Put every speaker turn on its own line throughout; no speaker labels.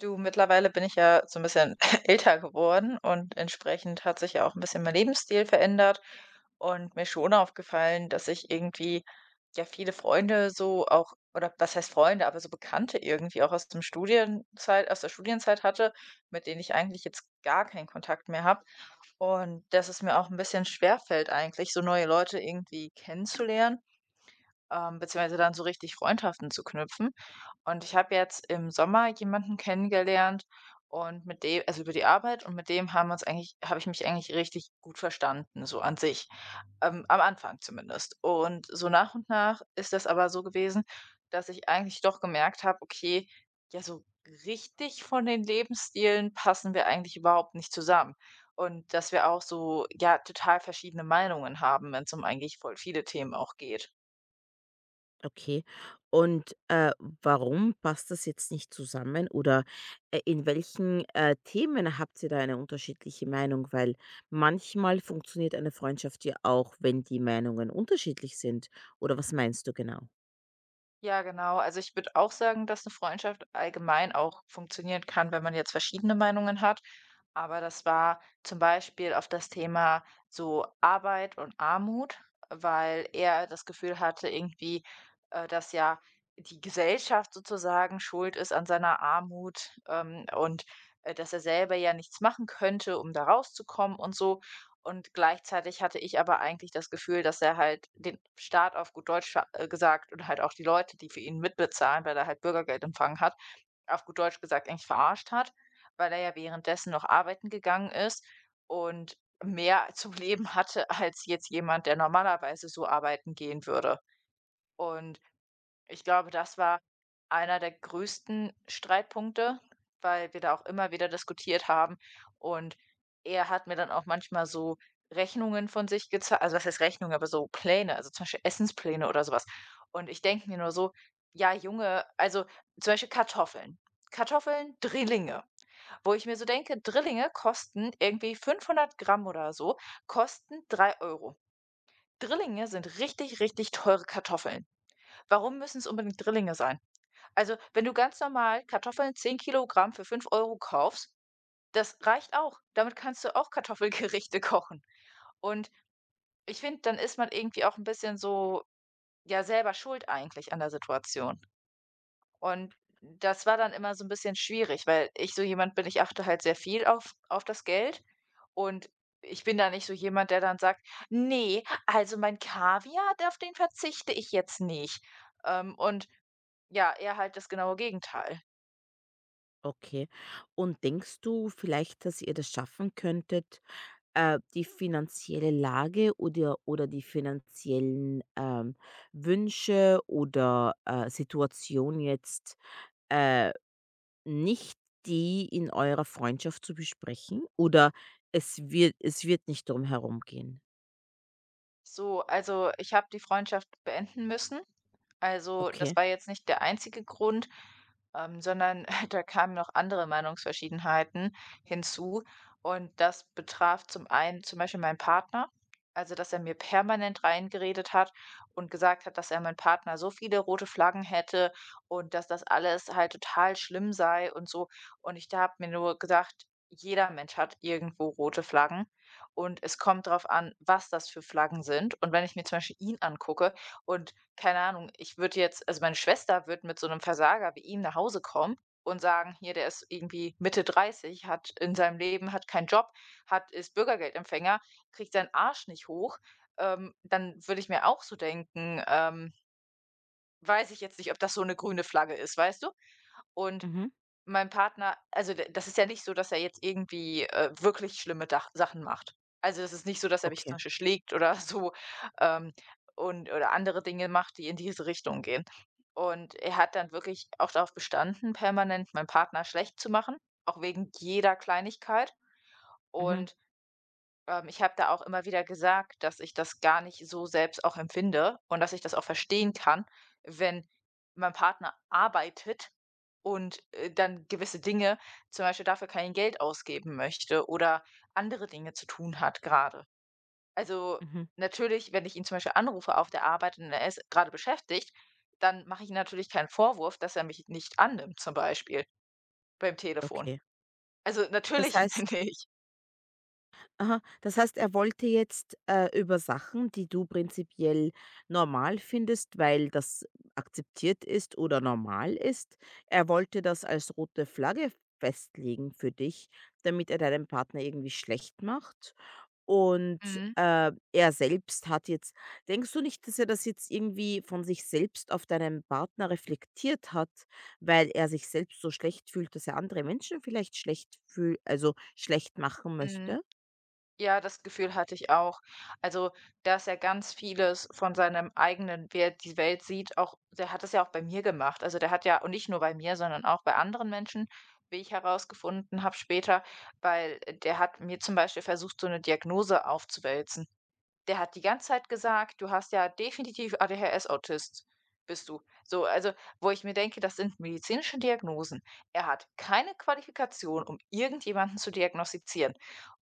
Du, mittlerweile bin ich ja so ein bisschen älter geworden und entsprechend hat sich ja auch ein bisschen mein Lebensstil verändert und mir ist schon aufgefallen, dass ich irgendwie, ja, viele Freunde so auch oder was heißt Freunde, aber so Bekannte irgendwie auch aus der Studienzeit hatte, mit denen ich eigentlich jetzt gar keinen Kontakt mehr habe. Und dass es mir auch ein bisschen schwerfällt eigentlich, so neue Leute irgendwie kennenzulernen, beziehungsweise dann so richtig Freundschaften zu knüpfen. Und ich habe jetzt im Sommer jemanden kennengelernt und mit dem also über die Arbeit und mit dem habe ich mich eigentlich richtig gut verstanden, so an sich, am Anfang zumindest. Und so nach und nach ist das aber so gewesen, dass ich eigentlich doch gemerkt habe, okay, ja, so richtig von den Lebensstilen passen wir eigentlich überhaupt nicht zusammen. Und dass wir auch so, ja, total verschiedene Meinungen haben, wenn es um eigentlich voll viele Themen auch geht.
Okay. Und warum passt das jetzt nicht zusammen oder in welchen Themen habt ihr da eine unterschiedliche Meinung? Weil manchmal funktioniert eine Freundschaft ja auch, wenn die Meinungen unterschiedlich sind. Oder was meinst du genau?
Ja, genau. Also ich würde auch sagen, dass eine Freundschaft allgemein auch funktionieren kann, wenn man jetzt verschiedene Meinungen hat. Aber das war zum Beispiel auf das Thema so Arbeit und Armut, weil er das Gefühl hatte irgendwie, dass ja die Gesellschaft sozusagen schuld ist an seiner Armut, und, dass er selber ja nichts machen könnte, um da rauszukommen und so. Und gleichzeitig hatte ich aber eigentlich das Gefühl, dass er halt den Staat auf gut Deutsch ver gesagt und halt auch die Leute, die für ihn mitbezahlen, weil er halt Bürgergeld empfangen hat, auf gut Deutsch gesagt eigentlich verarscht hat, weil er ja währenddessen noch arbeiten gegangen ist und mehr zum Leben hatte als jetzt jemand, der normalerweise so arbeiten gehen würde. Und ich glaube, das war einer der größten Streitpunkte, weil wir da auch immer wieder diskutiert haben. Und er hat mir dann auch manchmal so Rechnungen von sich gezeigt, also was heißt Rechnung, aber so Pläne, also zum Beispiel Essenspläne oder sowas. Und ich denke mir nur so, ja, Junge, also zum Beispiel Kartoffeln. Kartoffeln, Drillinge, wo ich mir so denke, Drillinge kosten irgendwie 500 Gramm oder so, kosten 3 Euro. Drillinge sind richtig, richtig teure Kartoffeln. Warum müssen es unbedingt Drillinge sein? Also, wenn du ganz normal Kartoffeln 10 kg für 5 € kaufst, das reicht auch. Damit kannst du auch Kartoffelgerichte kochen. Und ich finde, dann ist man irgendwie auch ein bisschen so, ja, selber schuld eigentlich an der Situation. Und das war dann immer so ein bisschen schwierig, weil ich so jemand bin, ich achte halt sehr viel auf das Geld und ich bin da nicht so jemand, der dann sagt: nee, also mein Kaviar, da auf den verzichte ich jetzt nicht.“ und ja, er halt das genaue Gegenteil.
Okay. Und denkst du vielleicht, dass ihr das schaffen könntet, die finanzielle Lage oder die finanziellen Wünsche oder Situation jetzt, äh nicht die in eurer Freundschaft zu besprechen oder es wird nicht drum herum gehen?
So, also ich habe die Freundschaft beenden müssen. Also
Okay.
das war jetzt nicht der einzige Grund, sondern da kamen noch andere Meinungsverschiedenheiten hinzu. Und das betraf zum einen zum Beispiel meinen Partner. Also, dass er mir permanent reingeredet hat und gesagt hat, dass er mein Partner so viele rote Flaggen hätte und dass das alles halt total schlimm sei und so. Und ich da habe mir nur gesagt, jeder Mensch hat irgendwo rote Flaggen. Und es kommt drauf an, was das für Flaggen sind. Und wenn ich mir zum Beispiel ihn angucke und keine Ahnung, ich würde jetzt also, meine Schwester wird mit so einem Versager wie ihm nach Hause kommen und sagen: „Hier, der ist irgendwie Mitte 30, hat in seinem Leben hat keinen Job, hat ist Bürgergeldempfänger, kriegt seinen Arsch nicht hoch.“ dann würde ich mir auch so denken, „Weiß ich jetzt nicht, ob das so eine grüne Flagge ist“, weißt du? Und
Mhm.
mein Partner also, d das ist ja nicht so, dass er jetzt irgendwie, wirklich schlimme Dach Sachen macht. Also, es ist nicht so, dass er mich
Okay.
zum Beispiel schlägt oder so, ähm, und oder andere Dinge macht, die in diese Richtung gehen. Und er hat dann wirklich auch darauf bestanden, permanent meinen Partner schlecht zu machen, auch wegen jeder Kleinigkeit
Mhm.
und ich habe da auch immer wieder gesagt, dass ich das gar nicht so selbst auch empfinde und dass ich das auch verstehen kann, wenn mein Partner arbeitet und, dann gewisse Dinge zum Beispiel dafür kein Geld ausgeben möchte oder andere Dinge zu tun hat gerade. Also,
Mhm.
natürlich, wenn ich ihn zum Beispiel anrufe auf der Arbeit und er ist gerade beschäftigt, dann mache ich ihm natürlich keinen Vorwurf, dass er mich nicht annimmt zum Beispiel beim Telefon.
Okay.
Also,
Das
natürlich
heißt
nicht.
Aha, das heißt, er wollte jetzt über Sachen, die du prinzipiell normal findest, weil das akzeptiert ist oder normal ist, er wollte das als rote Flagge festlegen für dich, damit er deinen Partner irgendwie schlecht macht. Und,
Mhm,
er selbst hat jetzt denkst du nicht, dass er das jetzt irgendwie von sich selbst auf deinen Partner reflektiert hat, weil er sich selbst so schlecht fühlt, dass er andere Menschen vielleicht schlecht fühlt, also schlecht machen
mhm.
möchte?
Ja, das Gefühl hatte ich auch. Also, dass er ganz vieles von seinem eigenen, wie er die Welt sieht, auch der hat das ja auch bei mir gemacht. Also, der hat ja und nicht nur bei mir, sondern auch bei anderen Menschen, wie ich herausgefunden habe später, weil der hat mir zum Beispiel versucht, so eine Diagnose aufzuwälzen. Der hat die ganze Zeit gesagt: „Du hast ja definitiv ADHS-Autist bist du.“ So, also, wo ich mir denke, das sind medizinische Diagnosen. Er hat keine Qualifikation, um irgendjemanden zu diagnostizieren.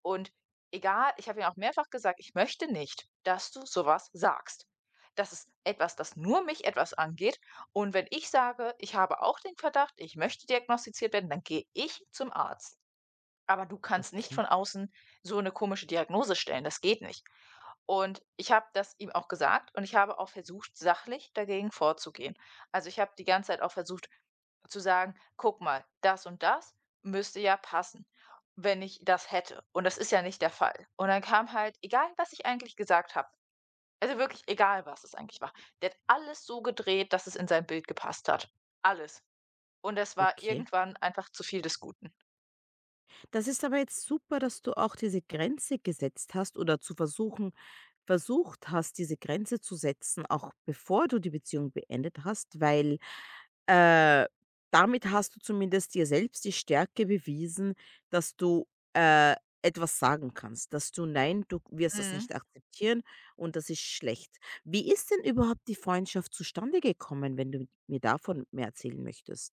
Und egal, ich habe ihm auch mehrfach gesagt: „Ich möchte nicht, dass du so was sagst. Das ist etwas, das nur mich etwas angeht. Und wenn ich sage, ich habe auch den Verdacht, ich möchte diagnostiziert werden, dann gehe ich zum Arzt.“ Aber du kannst nicht
Okay,
von außen so eine komische Diagnose stellen, das geht nicht. Und ich habe das ihm auch gesagt und ich habe auch versucht, sachlich dagegen vorzugehen. Also, ich habe die ganze Zeit auch versucht zu sagen: „Guck mal, das und das müsste ja passen, wenn ich das hätte.“ Und das ist ja nicht der Fall. Und dann kam halt, egal was ich eigentlich gesagt habe, also wirklich egal, was es eigentlich war, der hat alles so gedreht, dass es in sein Bild gepasst hat. Alles. Und das war
okay.
irgendwann einfach zu viel des Guten.
Das ist aber jetzt super, dass du auch diese Grenze gesetzt hast oder versucht hast, diese Grenze zu setzen, auch bevor du die Beziehung beendet hast, weil äh, damit hast du zumindest dir selbst die Stärke bewiesen, dass du äh, etwas sagen kannst, dass du nein, du wirst das
Mhm.
nicht akzeptieren und das ist schlecht. Wie ist denn überhaupt die Freundschaft zustande gekommen, wenn du mir davon mehr erzählen möchtest?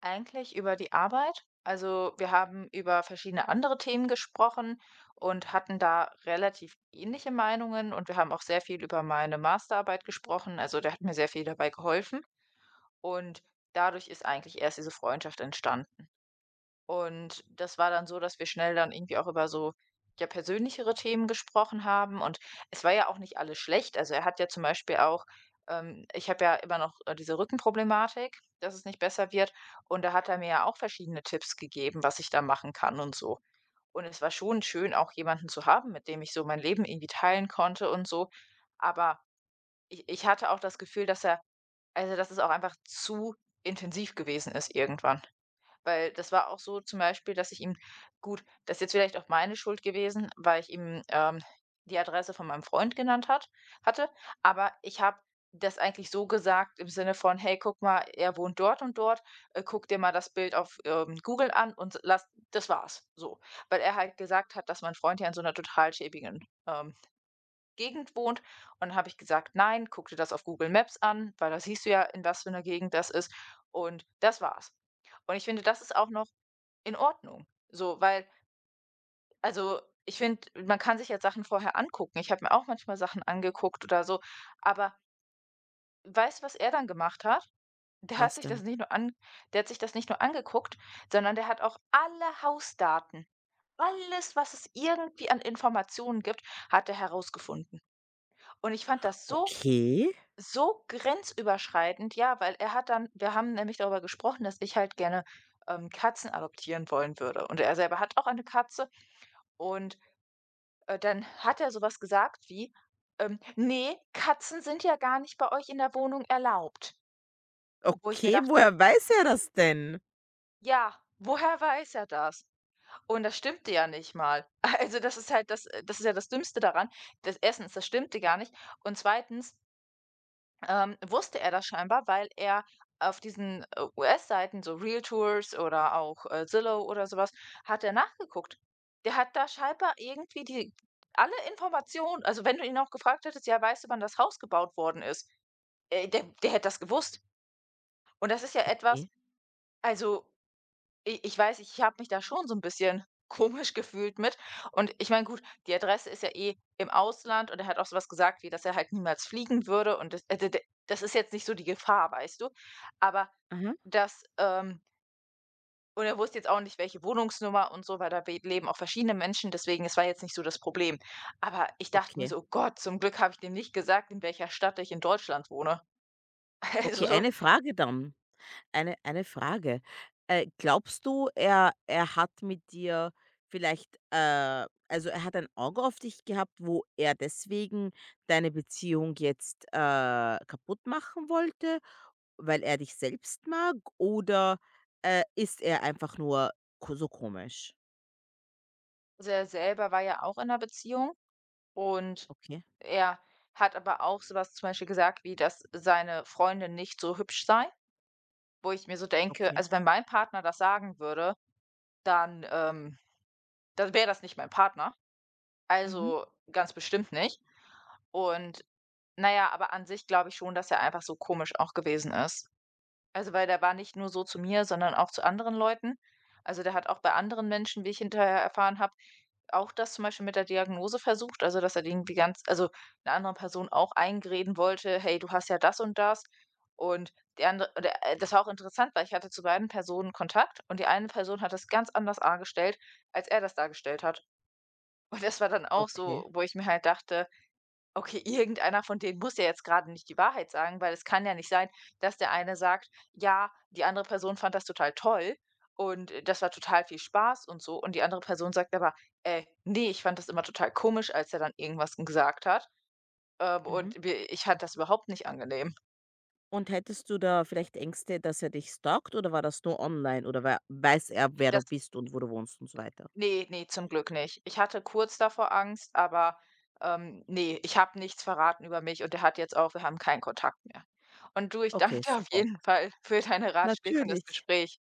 Eigentlich über die Arbeit. Also wir haben über verschiedene andere Themen gesprochen und hatten da relativ ähnliche Meinungen und wir haben auch sehr viel über meine Masterarbeit gesprochen. Also der hat mir sehr viel dabei geholfen und dadurch ist eigentlich erst diese Freundschaft entstanden. Und das war dann so, dass wir schnell dann irgendwie auch über so, ja, persönlichere Themen gesprochen haben. Und es war ja auch nicht alles schlecht. Also er hat ja zum Beispiel auch, ich habe ja immer noch, diese Rückenproblematik, dass es nicht besser wird. Und da hat er mir ja auch verschiedene Tipps gegeben, was ich da machen kann und so. Und es war schon schön, auch jemanden zu haben, mit dem ich so mein Leben irgendwie teilen konnte und so. Aber ich hatte auch das Gefühl, dass er also dass es auch einfach zu intensiv gewesen ist irgendwann. Weil das war auch so zum Beispiel, dass ich ihm gut, das ist jetzt vielleicht auch meine Schuld gewesen, weil ich ihm, die Adresse von meinem Freund genannt hat hatte, aber ich habe das eigentlich so gesagt im Sinne von: „Hey, guck mal, er wohnt dort und dort, guck dir mal das Bild auf, Google an und lass“ das war's, so. Weil er halt gesagt hat, dass mein Freund ja in so einer total schäbigen, ähm, Gegend wohnt und dann habe ich gesagt: „Nein, guck dir das auf Google Maps an, weil da siehst du ja, in was für einer Gegend das ist“ und das war's. Und ich finde, das ist auch noch in Ordnung. So, weil also, ich finde, man kann sich ja Sachen vorher angucken. Ich habe mir auch manchmal Sachen angeguckt oder so, aber weißt du, was er dann gemacht hat? Der hat
Was
sich das
denn?
nicht nur an Der hat sich das nicht nur angeguckt, sondern der hat auch alle Hausdaten, alles, was es irgendwie an Informationen gibt, hat er herausgefunden. Und ich fand das so
Okay.
so grenzüberschreitend, ja, weil er hat dann wir haben nämlich darüber gesprochen, dass ich halt gerne, Katzen adoptieren wollen würde. Und er selber hat auch eine Katze und Dann hat er so was gesagt wie, „Ne, Katzen sind ja gar nicht bei euch in der Wohnung erlaubt.“ Wo ich mir
Okay,
dachte:
woher weiß er das denn?
„Ja, woher weiß er das?“ Und das stimmte ja nicht mal. Also, das ist halt das das ist ja das Dümmste daran. Das erstens, das stimmte gar nicht und zweitens wusste er das scheinbar, weil er auf diesen US-Seiten, so Realtors oder auch Zillow oder sowas, hat er nachgeguckt. Der hat da scheinbar irgendwie die alle Informationen, also wenn du ihn auch gefragt hättest, ja, weißt du, wann das Haus gebaut worden ist, der hätte das gewusst. Und das ist ja etwas,
Okay.
also I ich weiß, ich habe mich da schon so ein bisschen komisch gefühlt mit. Und ich meine, gut, die Adresse ist ja eh im Ausland und er hat auch so was gesagt, wie dass er halt niemals fliegen würde und das d d das ist jetzt nicht so die Gefahr, weißt du? Aber
Aha.
das und er wusste jetzt auch nicht, welche Wohnungsnummer und so, weil da we leben auch verschiedene Menschen, deswegen es war jetzt nicht so das Problem. Aber ich dachte mir
Okay.
so: „Oh Gott, zum Glück habe ich dem nicht gesagt, in welcher Stadt ich in Deutschland wohne.“
Okay,
Also,
eine Frage dann. Eine Frage. Glaubst du, er hat mit dir vielleicht, also, er hat ein Auge auf dich gehabt, wo er deswegen deine Beziehung jetzt kaputt machen wollte, weil er dich selbst mag oder ist er einfach nur ko so komisch?
er selber war ja auch in einer Beziehung und
Okay,
er hat aber auch so was zum Beispiel gesagt, wie dass seine Freundin nicht so hübsch sei, wo ich mir so denke,
okay.
also wenn mein Partner das sagen würde, dann, dann wäre das nicht mein Partner.
Mhm.
Also ganz bestimmt nicht. Und na ja, aber an sich glaube ich schon, dass er einfach so komisch auch gewesen ist. Also, weil der war nicht nur so zu mir, sondern auch zu anderen Leuten. Also, der hat auch bei anderen Menschen, wie ich hinterher erfahren habe, auch das zum Beispiel mit der Diagnose versucht. Also, dass er irgendwie ganz also, eine andere Person auch einreden wollte: „Hey, du hast ja das und das.“ Und die andere oder, das war auch interessant, weil ich hatte zu beiden Personen Kontakt und die eine Person hat das ganz anders dargestellt, als er das dargestellt hat. Und das war dann auch
Okay.
so, wo ich mir halt dachte: Okay, irgendeiner von denen muss ja jetzt gerade nicht die Wahrheit sagen, weil es kann ja nicht sein, dass der eine sagt: „Ja, die andere Person fand das total toll und, das war total viel Spaß und so.“ Und die andere Person sagt aber: ne, ich fand das immer total komisch, als er dann irgendwas gesagt hat,
Mhm.
und wir ich fand das überhaupt nicht angenehm.“
Und hättest du da vielleicht Ängste, dass er dich stalkt oder war das nur online oder weiß er, wer du
Das
bist und wo du wohnst und so weiter?
nee, ne, zum Glück nicht. Ich hatte kurz davor Angst, aber, ne, ich habe nichts verraten über mich und er hat jetzt auch wir haben keinen Kontakt mehr. Und du, ich danke
Okay,
dir auf
super.
jeden Fall für deine Ratschläge und das
Natürlich.
Gespräch.